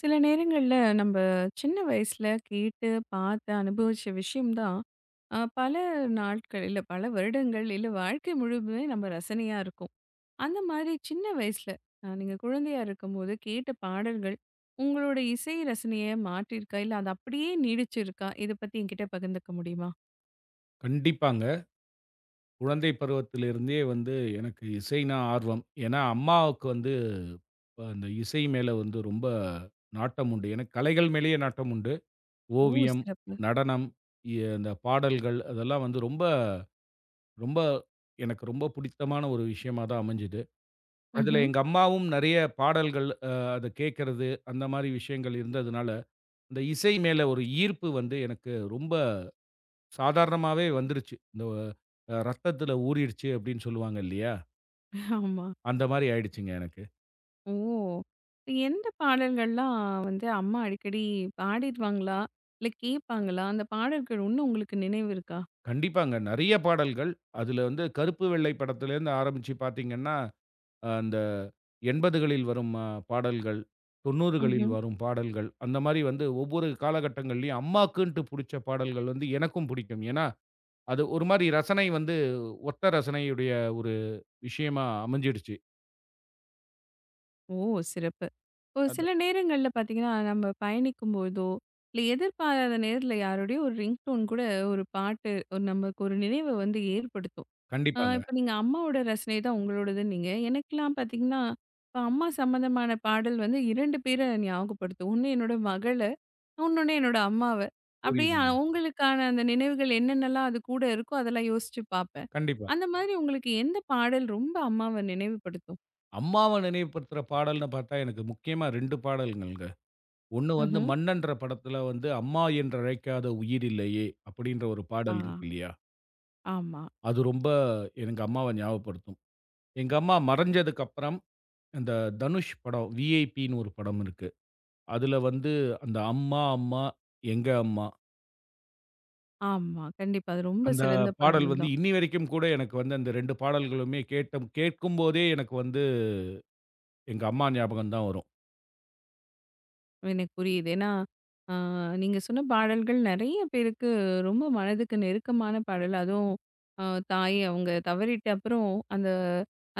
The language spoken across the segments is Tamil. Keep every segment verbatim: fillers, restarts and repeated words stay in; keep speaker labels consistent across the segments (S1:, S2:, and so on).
S1: சில நேரங்கள்ல நம்ம சின்ன வயசுல கேட்டு, பார்த்து, அனுபவிச்ச விஷயம் தான், அ பல நாட்கள், இல்ல பல வருடங்கள், இல்ல வாழ்க்கை முழுவதுமே நம்ம ரசனையா இருக்கும். அந்த மாதிரி சின்ன வயசுல, அ நீங்க குழந்தையா இருக்கும்போது கேட்ட பாடல்கள், உங்களோட இசை ரசனைய மாற்றியிருக்கா? இல்ல அது அப்படியே நீடிச்சிருக்கா? இத பத்தி என்கிட்ட பகிர்ந்துக்க முடியுமா?
S2: கண்டிப்பாங்க. குழந்தை பருவத்திலிருந்தே வந்து எனக்கு இசைனா ஆர்வம். ஏன்னா, அம்மாவுக்கு வந்து அ அந்த இசை மேல வந்து ரொம்ப நாட்டம் உண்டு. எனக்கு கலைகள் மேலேயே நாட்டம் உண்டு.
S1: ஓ!
S2: ஓவியம்,
S1: சிறப்பு.
S2: நடனம், இ அந்த பாடல்கள் அதெல்லாம் வந்து ரொம்ப ரொம்ப எனக்கு ரொம்ப பிடித்தமான ஒரு விஷயமா தான் அமைஞ்சது. அதில
S1: ம்ஹ்ம்.
S2: எங்க அம்மாவும் நெறைய பாடல்கள் அ அத கேட்கறது, அந்த மாரி விஷயங்கள் இருந்ததுனால, அந்த இசை மேல ஒரு ஈர்ப்பு வந்து எனக்கு ரொம்ப சாதாரணமாவே வந்துருச்சு. இந்த அ ரத்தத்தில ஊறிடுச்சு அப்படின்னு சொல்லுவாங்க இல்லையா?
S1: ஆமா.
S2: அந்த மாரி ஆயிடுச்சுங்க எனக்கு.
S1: ஓ! இப்ப எந்த பாடல்கள்லாம் வந்து அம்மா அடிக்கடி பாடிருவாங்களா? இல்ல கேட்பாங்களா? அந்த பாடல்கள் இன்னும் உங்களுக்கு நினைவு இருக்கா?
S2: கண்டிப்பாங்க. நெறைய பாடல்கள். அதுல வந்து கருப்பு வெள்ளை படத்துலேருந்து ஆரம்பிச்சு பார்த்தீங்கன்னா, அ அந்த எண்பதுகளில் வரும் அ பாடல்கள், தொண்ணூறுகளில்
S1: ம்ஹ்ம்.
S2: வரும் பாடல்கள், அந்த மாரி வந்து ஒவ்வொரு காலகட்டங்கள்லயும் அம்மாக்குன்ட்டு புடிச்ச பாடல்கள் வந்து எனக்கும் புடிக்கும். ஏன்னா, அது ஒரு மாரி ரசனை வந்து ஒத்த ரசனையுடைய ஒரு விஷயமா அமைஞ்சிடுச்சு.
S1: ஓ! சிறப்பு. ஒரு
S2: அது
S1: சில நேரங்கள்ல பார்த்தீங்கன்னா, நம்ம பயணிக்கும்போதோ, இல்ல எதிர்பாராத நேரத்துல யாரோடயோ ஒரு ரிங்டோன் கூட ஒரு பாட்டு ஒரு நமக்கு ஒரு நினைவ வந்து ஏற்படுத்தும். அ
S2: கண்டிப்பாங்க.
S1: இப்ப நீங்க அம்மாவோட ரசனை தான் உங்களோடதுன்னீங்க. எனக்கெல்லாம் பார்த்தீங்கன்னா, இப்ப அம்மா சம்மந்தமான பாடல் வந்து இரண்டு பேர ஞாபகப்படுத்தும். ஒண்ணு என்னோட மகள, இன்னொன்னு என்னோட அம்மாவ. அப்படியே
S2: புரியுதுங்க.
S1: அவங்களுக்கான அந்த நினைவுகள் என்னென்னலாம் அது கூட இருக்கோ, அதெல்லாம் யோசிச்சு பார்ப்பேன்.
S2: கண்டிப்பா.
S1: அந்த மாதிரி உங்களுக்கு எந்த பாடல் ரொம்ப அம்மாவ நினைவுபடுத்தும்?
S2: அம்மாவ நினைவுபடுத்துற பாடல்னு பார்த்தா, எனக்கு முக்கியமா இரண்டு பாடல்கள்ங்க. ஒண்ணு வந்து
S1: ம்ஹ்ம்.
S2: மன்னன்ற படத்துல வந்து, "அம்மா என்றழைக்காத உயிரில்லையே" அப்படின்ற ஒரு
S1: ஆ,
S2: பாடல் இருக்கு இல்லையா?
S1: ஆமா,
S2: அது ரொம்ப எனக்கு அம்மாவ ஞாபகப்படுத்தும். எங்க அம்மா மறைஞ்சதுக்கப்புறம், அந்த தனுஷ் படம் "விஐபின்னு" ஒரு படம் இருக்கு. அதுல வந்து அந்த "அம்மா அம்மா எங்க அம்மா"
S1: ஆமா. கண்டிப்பா. அது ரொம்ப
S2: அந்த
S1: சிறந்த
S2: பாடல்
S1: பாடல்
S2: வந்து
S1: தான்.
S2: இன்னி வரைக்கும் கூட எனக்கு வந்து அந்த இரண்டு பாடல்களுமே கேட்ட கேட்கும்போதே எனக்கு வந்து எங்க அம்மா ஞாபகம் தான் வரும்.
S1: எனக்கு புரியுது. ஏன்னா, ஆ நீங்க சொன்ன பாடல்கள் நெறைய பேருக்கு ரொம்ப மனதுக்கு நெருக்கமான பாடல். அதுவும் அ தாய் அவங்க தவறிட்ட அப்புறம் அந்த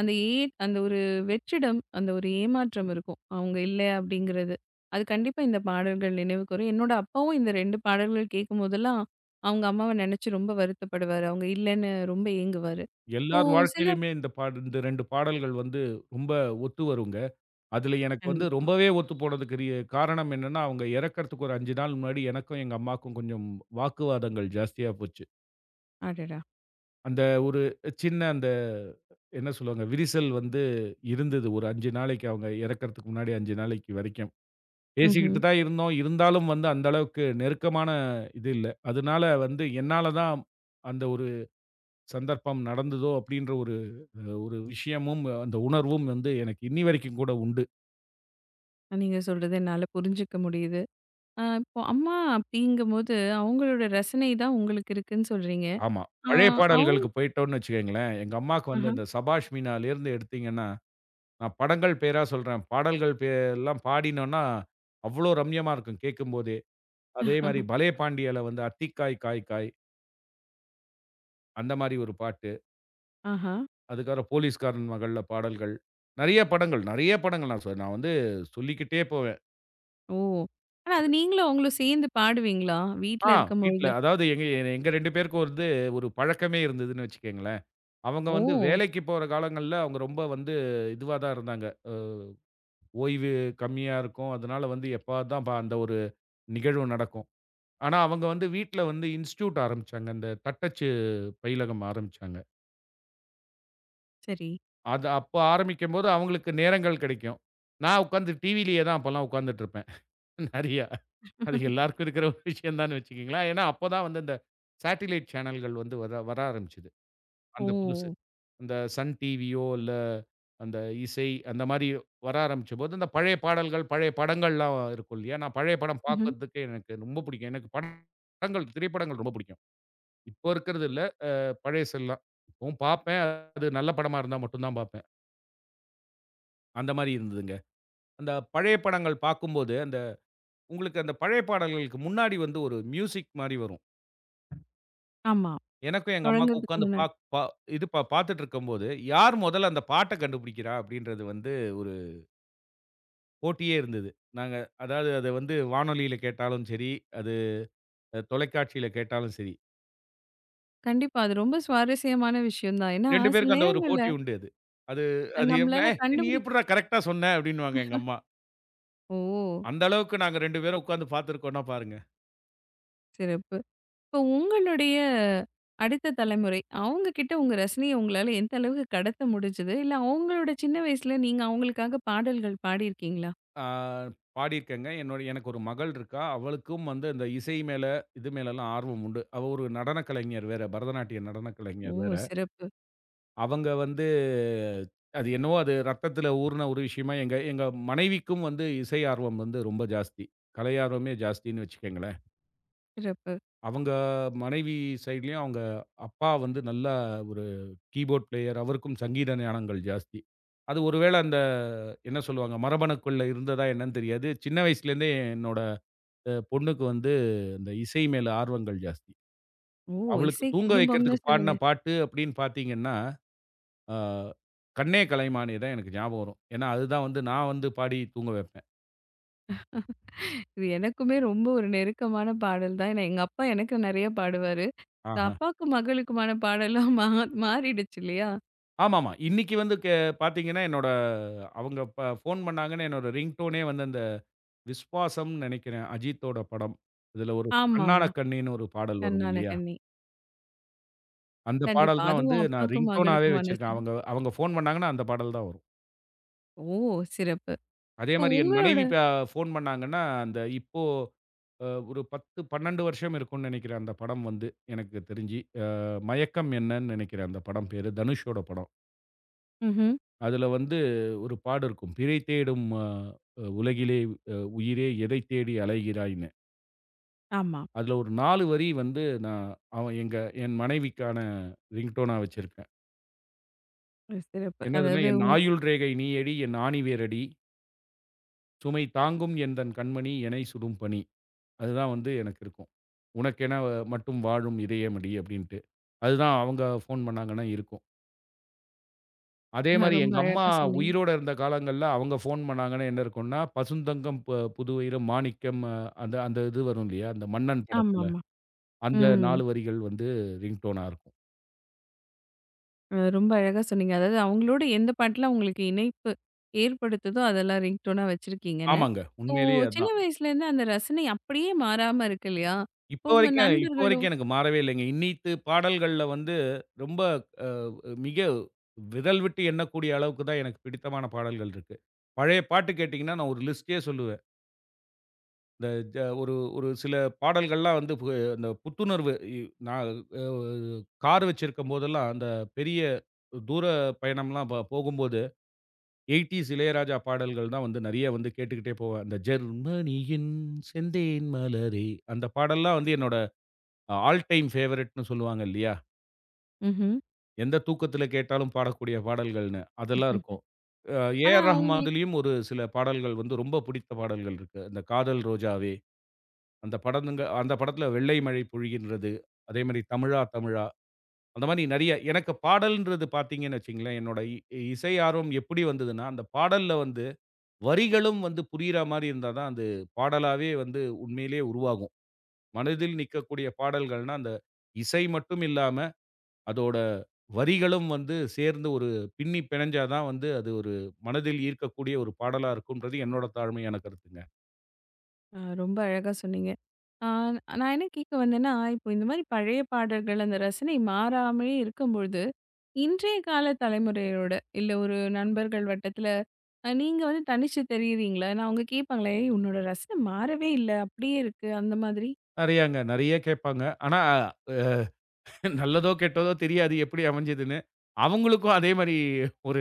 S1: அந்த ஏ அந்த ஒரு வெற்றிடம், அந்த ஒரு ஏமாற்றம் இருக்கும். அவங்க இல்ல அப்படிங்கிறது. அது கண்டிப்பா இந்த பாடல்கள் நினைவுக்கு வரும். என்னோட அப்பாவும் இந்த இரண்டு பாடல்கள் கேட்கும்போதெல்லாம், அவங்க அம்மாவ நெனச்சு ரொம்ப வருத்தப்படுவாரு. அவங்க இல்லன்னு ரொம்ப ஏங்குவாரு. இப்போ
S2: எல்லார்
S1: சில
S2: வாழ்க்கையிலயுமே இந்த பாடல் இந்த இரண்டு பாடல்கள் வந்து ரொம்ப ஒத்து வருங்க. அதுல எனக்கு வந்து
S1: கண்டிப்பா.
S2: ரொம்பவே ஒத்து போனதுக்கு ரீ காரணம் என்னன்னா, அவங்க இறக்கறதுக்கு ஒரு ஐந்து நாள் முன்னாடி எனக்கும் எங்க அம்மாக்கும் கொஞ்சம் வாக்குவாதங்கள் ஜாஸ்தியா போச்சு.
S1: அடடா!
S2: அந்த ஒரு சின்ன அந்த என்ன சொல்லுவாங்க? விரிசல் வந்து இருந்தது. ஒரு ஐந்து நாளைக்கு அவங்க இறக்கறதுக்கு முன்னாடி ஐந்து நாளைக்கு வரைக்கும்.
S1: ம்ஹ்ம்.
S2: பேசிக்கிட்டு தான் இருந்தோம். இருந்தாலும் வந்து அந்த அளவுக்கு நெருக்கமான இது இல்ல. அதனால வந்து என்னால தான் அந்த ஒரு சந்தர்ப்பம் நடந்ததோ அப்டின்ற ஒரு அ ஒரு விஷயமும், அந்த உணர்வும் வந்து எனக்கு இன்னி வரைக்கும் கூட உண்டு.
S1: நீங்க சொல்றது என்னால புரிஞ்சுக்க முடியுது. ஆ இப்போ அம்மா அப்படிங்கும்போது, அவங்களோட ரசனை தான் உங்களுக்கு இருக்குன்னு சொல்றீங்க.
S2: ஆமா.
S1: ஆ
S2: பழைய
S1: அவுங்
S2: பாடல்களுக்கு போயிட்டோம்னு வச்சுக்கங்களேன், எங்க அம்மாக்கு
S1: ஆஹா,
S2: வந்து இந்த சபாஷ் மீனாலேருந்து எடுத்தீங்கன்னா, நான் படங்கள் பேரா சொல்றேன். பாடல்கள் பே எல்லாம் பாடினோம்னா, அவ்ளோ ரம்யமா இருக்கும் கேட்கும்போதே. அதே மாரி பலே பாண்டியால வந்து "அத்திக்காய் காய் காய்" அந்த மாரி ஒரு பாட்டு.
S1: ஆஹா.
S2: அதுக்கப்புறம் "போலீஸ்காரன் மகள்ல" பாடல்கள். நெறைய படங்கள், நெறைய படங்கள் நான் சொ நான் வந்து சொல்லிக்கிட்டே போவேன்.
S1: ஓ! ஆனா அது நீங்களும் அவங்களும் சேர்ந்து பாடுவீங்களா?
S2: ஆ
S1: வீட்ல
S2: வீட்ல.
S1: இருக்கும்பொழுது?
S2: அதாவது எங்க எங்க இரண்டு பேருக்கும் வந்து ஒரு பழக்கமே இருந்ததுன்னு வச்சுக்கங்களேன். அவங்க வந்து
S1: ஓ!
S2: வேலைக்கு போற காலங்கள்ல அவங்க ரொம்ப வந்து இதுவா தான் இருந்தாங்க. அ ஓய்வு கம்மியா இருக்கும். அதனால வந்து எப்பாவது தான் ப அந்த ஒரு நிகழ்வு நடக்கும். ஆனா அவங்க வந்து வீட்ல வந்து இன்ஸ்டிடியூட் ஆரம்பிச்சாங்க. இந்த தட்டச்சு பயிலகம் ஆரம்பிச்சாங்க.
S1: சரி.
S2: அது அப்போ ஆரம்பிக்கும்போது அவங்களுக்கு நேரங்கள் கிடைக்கும். நான் உட்காந்து டிவிலயே தான் அப்பலாம் உட்காந்துட்டு இருப்பேன். நெறையா. அது எல்லாருக்கும் இருக்கிற ஒரு விஷயம் தான்னு வச்சுக்கங்களேன். ஏன்னா, அப்ப தான் வந்து இந்த சேட்டிலைட் சேனல்கள் வந்து வர வர ஆரம்பிச்சது. அந்த புதுசா.
S1: ஓ!
S2: அந்த சன் டிவியோ, இல்ல அந்த இசை அந்த மாரி வர ஆரம்பிச்சபோது, அந்த பழைய பாடல்கள், பழைய படங்கள்லாம் இருக்கும் இல்லையா? நான் பழைய படம்
S1: ம்ஹ்ம்.
S2: பார்க்கறதுக்கு எனக்கு ரொம்ப பிடிக்கும். எனக்கு படம்- படங்கள், திரைப்படங்கள் ரொம்ப பிடிக்கும். இப்போ இருக்கிறது இல்ல. பழைசெல்லாம். இப்பவும் பார்ப்பேன். அது நல்ல படமா இருந்தா மட்டும் தான் பார்ப்பேன். அந்த மாரி இருந்ததுங்க. அந்த பழைய படங்கள் பார்க்கும்போது, அந்த உங்களுக்கு அந்த பழைய பாடல்களுக்கு முன்னாடி வந்து ஒரு மியூசிக் மாரி வரும்.
S1: ஆமா.
S2: எனக்கும் எங்க அம்மாவுக்கும்
S1: தொடங்குறதுக்கு
S2: உட்கார்ந்து
S1: முன்னாடி.
S2: பாக் பா இது பா பார்த்துட்டு இருக்கும்போது, யார் முதல்ல அந்த பாட்ட கண்டுபிடிக்கிறா? அப்படின்றது வந்து ஒரு போட்டியே இருந்தது. நாங்க அதாவது அத வந்து வானொலியில கேட்டாலும் சரி, அது தொலைக்காட்சியில கேட்டாலும் சரி,
S1: கண்டிப்பா. அது ரொம்ப சுவாரஸ்யமான விஷயம் தான். ஏன்னா,
S2: இரண்டு
S1: சில
S2: பேருக்கும் அந்த ஒரு
S1: நேரங்கள்ல
S2: போட்டி உண்டு அது. அது அது எப்படின்னா,
S1: நம்மளால
S2: "ஏய் நீ
S1: கண்டுபிடி
S2: எப்புட்றா கரெக்ட்டா சொன்ன?" அப்படின்னுவாங்க எங்க அம்மா.
S1: ஓ!
S2: அந்த அளவுக்கு நாங்க இரண்டு பேரும் உட்கார்ந்து பார்த்துருக்கோம்ன்னா பாருங்க.
S1: சிறப்பு. இப்போ உங்களுடைய அடுத்த தலைமுறை, அவங்க கிட்ட உங்க ரசனைய உங்களால எந்த அளவுக்கு கடத்த முடிஞ்சது? இல்ல அவங்களோட சின்ன வயசுல நீங்க அவங்களுக்காக பாடல்கள் பாடியிருக்கீங்களா?
S2: ஆ பாடியிருக்கேங்க. என்னோட எனக்கு ஒரு மகள் இருக்கா. அவளுக்கும் வந்து அந்த இசை மேல, இது மேலலாம் ஆர்வம் உண்டு. அவ ஒரு நடன கலைஞர் வேற. பரதநாட்டிய நடன
S1: ஓ!
S2: கலைஞர் வேற.
S1: சிறப்பு,
S2: அவங்க வந்து அது என்னவோ அது ரத்தத்தில ஊறுன ஒரு விஷயமா, எங்க எங்க மனைவிக்கும் வந்து இசை ஆர்வம் வந்து ரொம்ப ஜாஸ்தி. கலை ஆர்வமே ஜாஸ்தின்னு வச்சுக்கங்களேன்.
S1: சிறப்பு.
S2: அவங்க மனைவி சைட்லயும் அவங்க அப்பா வந்து நல்லா ஒரு கீபோர்ட் பிளேயர். அவருக்கும் சங்கீத ஞானங்கள் ஜாஸ்தி. அது ஒருவேள அந்த என்ன சொல்லுவாங்க, மரபணுக்குள்ள இருந்ததா என்னன்னு தெரியாது. சின்ன வயசுலேருந்தே என்னோட அ பொண்ணுக்கு வந்து இந்த இசை மேல ஆர்வங்கள் ஜாஸ்தி.
S1: ஓ!
S2: அவளுக்கு
S1: இசை
S2: தூங்க
S1: குடும்பம்னு
S2: வைக்கிறதுக்கு
S1: சொல்லுங்க.
S2: பாடுன பாட்டு அப்படின்னு பார்த்தீங்கன்னா ஆ, "கண்ணே கலைமானே" தான் எனக்கு ஞாபகம் வரும். ஏன்னா, அதுதான் வந்து நான் வந்து பாடி தூங்க வைப்பேன்.
S1: இது எனக்குமே ரொம்ப ஒரு நெருக்கமான பாடல் தான். ஏன்னா எங்க அப்பா எனக்கு நெறைய பாடுவாரு.
S2: ஆஹா.
S1: அப்பாக்கும் மகளுக்குமான பாடலா மா மாறிடுச்சு இல்லையா?
S2: ஆமாமா. இன்னைக்கு வந்து கே பார்த்தீங்கன்னா, என்னோட அவங்க ப ஃபோன் பண்ணாங்கன்னு என்னோட ரிங்டோனே வந்து அந்த விஸ்வாசம்னு நெனைக்கிறேன். அஜித்தோட படம். இதுல ஒரு "கண்ணான
S1: ஆமாமா.
S2: கண்ணேன்னு" ஒரு பாடல் வரும்
S1: கண்ணான
S2: இல்லையா?
S1: கண்ணே.
S2: அந்த
S1: கண்டிப்பா.
S2: பாடல் தான் வந்து
S1: அதுவும்
S2: நான்
S1: அப்பாக்கும்
S2: ரிங்டோனாவே
S1: மகளுக்குமான
S2: வச்சிருக்கேன்.
S1: சிறப்பு.
S2: அவங்க அவங்க ஃபோன் பண்ணாங்கன்னா, அந்த பாடல் தான் வரும்.
S1: ஓ! சிறப்பு.
S2: அதே
S1: இப்போ
S2: மாரி என்
S1: உங்களோட
S2: மனைவி ப ஃபோன் பண்ணாங்கன்னா, அந்த இப்போ அ ஒரு பத்து, பன்னிரண்டு வருஷம் இருக்கும்னு நினைக்கிறேன் அந்த படம் வந்து எனக்கு தெரிஞ்சு. அ மயக்கம் என்னன்னு நினைக்கிறேன் அந்த படம் பேரு. தனுஷோட படம்.
S1: ம்ஹ்ம்.
S2: அதுல வந்து ஒரு பாடு இருக்கும். பிறை தேடும் அ உலகிலே அ உயிரே எதை தேடி அலைகிறாய்ன்னு.
S1: ஆமா.
S2: அதுல ஒரு நான்கு வரி வந்து நான் அவன் எங்க என் மனைவிக்கான ரிங்டோனா வச்சிருக்கேன்.
S1: ஒரு சிறப்பு.
S2: என்னதுன்னா,
S1: அதாவது
S2: "என்
S1: உங்
S2: ஆயுள் ரேகை நீயடி என் ஆணிவேரடி, சுமை தாங்கும் என் தன் கண்மணி எனை சுடும் பணி." அதுதான் வந்து எனக்கு இருக்கும். உனக்கென மட்டும் வாழும் இதயமடி அப்படின்ட்டு. அதுதான் அவங்க ஃபோன் பண்ணாங்கன்னா இருக்கும்.
S1: அ
S2: அதேமாரி
S1: ரொம்ப
S2: எங்க அம்மா
S1: அழகா சொன்னீங்க.
S2: உயிரோட இருந்த காலங்கள்ல அவங்க ஃபோன் பண்ணாங்கன்னா என்ன இருக்கும்னா, "பசுந்தங்கம் ப புதுவயிரம் மாணிக்கம்" அ அந்த அந்த இது வரும் இல்லையா? அந்த மன்னன் படத்துல.
S1: ஆமாமா.
S2: அந்த
S1: ம்.
S2: நான்கு வரிகள் வந்து ரிங்டோனா இருக்கும்.
S1: அ ரொம்ப அழகா சொன்னீங்க. அதாவது அவங்களோட எந்த பாட்டுல உங்களுக்கு இணைப்பு ஏற்படுத்துதோ, அதெல்லாம் ரிங்டோனா வச்சிருக்கீங்கன்னு.
S2: ஆமாங்க.
S1: இப்போ
S2: உண்மையிலேயே
S1: சின்ன
S2: அதான்.
S1: வயசுலேருந்து அந்த ரசனை அப்படியே மாறாம இருக்கு இல்லையா?
S2: இப்ப
S1: இப்போ உங்க
S2: வரைக்கும் இப்ப
S1: நண்பர்களும்
S2: வரைக்கும் எனக்கு மாறவே இல்லைங்க. இன்னித்து பாடல்கள்ல வந்து ரொம்ப அ மிக விரல் விட்டு எண்ணக்கூடிய அளவுக்கு தான் எனக்கு பிடித்தமான பாடல்கள் இருக்கு. பழைய பாட்டு கேட்டீங்கன்னா, நான் ஒரு லிஸ்ட்டே சொல்லுவேன். இந்த ஜ ஒரு ஒரு சில பாடல்கள்லாம் வந்து பு இந்த புத்துணர்வு இ நான் அ கார் வச்சிருக்கும் போதெல்லாம், அந்த பெரிய தூர பயணம்லாம் ப போகும்போது எய்ட்டீஸ் இளையராஜா பாடல்கள் தான் வந்து நெறைய வந்து கேட்டுக்கிட்டே போவேன். அந்த "ஜெர்மனியின் செந்தேன் மலரே" அந்த பாடல்லாம் வந்து என்னோட ஆல் டைம் ஃபேவரைட்ன்னு சொல்லுவாங்க இல்லையா?
S1: ம்ஹ்ம்.
S2: எந்த தூக்கத்தில கேட்டாலும் பாடக்கூடிய பாடல்கள்னு, அதெல்லாம் இருக்கும். அ
S1: ஆனா
S2: ஏ ஆர்
S1: உங்களுக்கு
S2: ரஹ்மான்லயும் ஒரு சில பாடல்கள் வந்து ரொம்ப பிடித்த பாடல்கள் இருக்கு. இந்த "காதல் ரோஜாவே." அந்த படம்ங்க அந்த படத்துல "வெள்ளை மழை பொழிகின்றது", அதே மாரி "தமிழா தமிழா" அந்த மாரி நெறைய எனக்கு பாடல்ன்றது பார்த்தீங்கன்னு வச்சுக்கங்களேன், என்னோட இ இசை ஆர்வம் எப்படி வந்ததுன்னா, அந்த பாடல்ல வந்து வரிகளும் வந்து புரியிற மாரி இருந்தா தான் அது பாடலாவே வந்து உண்மையிலேயே உருவாகும். மனதில் நிக்கக்கூடிய பாடல்கள்னா, அந்த இசை மட்டும் இல்லாம, அதோட வரிகளும் வந்து சேர்ந்து ஒரு பின்னி பிணைஞ்சா தான் வந்து அது ஒரு மனதில் ஈர்க்கக்கூடிய ஒரு பாடலா இருக்கும்ன்றது என்னோட தாழ்மையான கருத்துங்க.
S1: அ ரொம்ப அழகா சொன்னீங்க. ஆ நான் என்ன கேட்க வந்தேன்னா, இப்போ இந்த மாரி பழைய பாடல்கள் அந்த ரசனை மாறாமலே இருக்கும்பொழுது, இன்றைய கால தலைமுறையோட, இல்ல ஒரு நண்பர்கள் வட்டத்தில அ நீங்க வந்து தனிச்சு தெரியிறீங்களா? ஏன்னா அவங்க கேட்பாங்களே, "ஏய் உன்னோட ரசனை மாறவே இல்ல. அப்படியே இருக்கு." அந்த மாதிரி.
S2: நெறையாங்க, நெறைய கேட்பாங்க. ஆனா நல்லதோ, கெட்டதோ தெரியாது எப்படி அமைஞ்சதுன்னு. அவங்களுக்கும் அதே மாரி ஒரு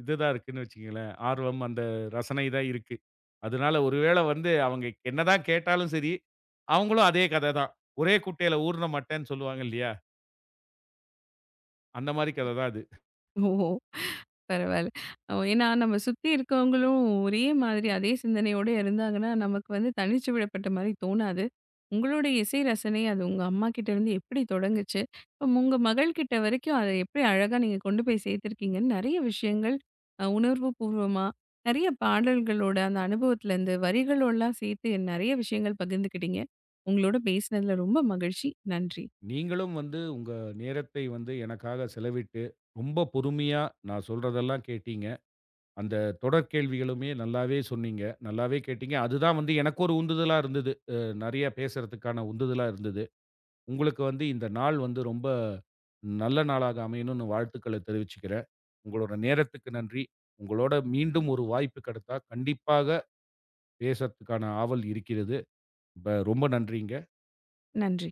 S2: இதுதான் இருக்குன்னு வச்சுக்கங்களேன். ஆர்வம் அந்த ரசனை தான் இருக்கு. அதனால ஒருவேள வந்து அவங்க என்னதான் கேட்டாலும் சரி, அவங்களும் அதே கத தான். ஒரே குட்டையில ஊர்ன மட்டைன்னு சொல்லுவாங்க இல்லையா? அந்த மாரி கத தான் அது.
S1: ஓ! பரவால்ல. அ ஏன்னா நம்ம சுத்தி இருக்கவங்களும் ஒரே மாதிரி அதே சிந்தனையோட இருந்தாங்கன்னா, நமக்கு வந்து தனிச்சு விடப்பட்ட மாரி தோணாது. உங்களுடைய இசை ரசனை அது உங்க அம்மா கிட்ட இருந்து எப்படி தொடங்குச்சு? இப்ப உங்க மகள் கிட்ட வரைக்கும் அத எப்படி அழகா நீங்க கொண்டு போய் சேர்த்துருக்கீங்கன்னு நெறைய விஷயங்கள் அ உணர்வு பூர்வமா, நெறைய பாடல்களோட அந்த அனுபவத்துலருந்து வரிகளோடலாம் சேர்த்து நெறைய விஷயங்கள் பகிர்ந்துக்கிட்டீங்க. உங்களோட பேசினதுல ரொம்ப மகிழ்ச்சி. நன்றி.
S2: நீங்களும் வந்து உங்க நேரத்தை வந்து எனக்காக செலவிட்டு, ரொம்ப பொறுமையா நான் சொல்றதெல்லாம் கேட்டீங்க. அந்த தொடர் கேள்விகளுமே நல்லாவே சொன்னீங்க. நல்லாவே கேட்டீங்க. அதுதான் வந்து எனக்கு ஒரு உந்துதலா இருந்தது. அ நெறைய பேசுறதுக்கான உந்துதலா இருந்தது. உங்களுக்கு வந்து இந்த நாள் வந்து ரொம்ப நல்ல நாளாக அமையணும்னு வாழ்த்துக்கள தெரிவிச்சுக்கிறேன். உங்களோட நேரத்துக்கு நன்றி. உங்களோட மீண்டும் ஒரு வாய்ப்பு கிடைத்தா, கண்டிப்பாக பேசறதுக்கான ஆவல் இருக்கிறது. ப ரொம்ப நன்றிங்க.
S1: ம். நன்றி.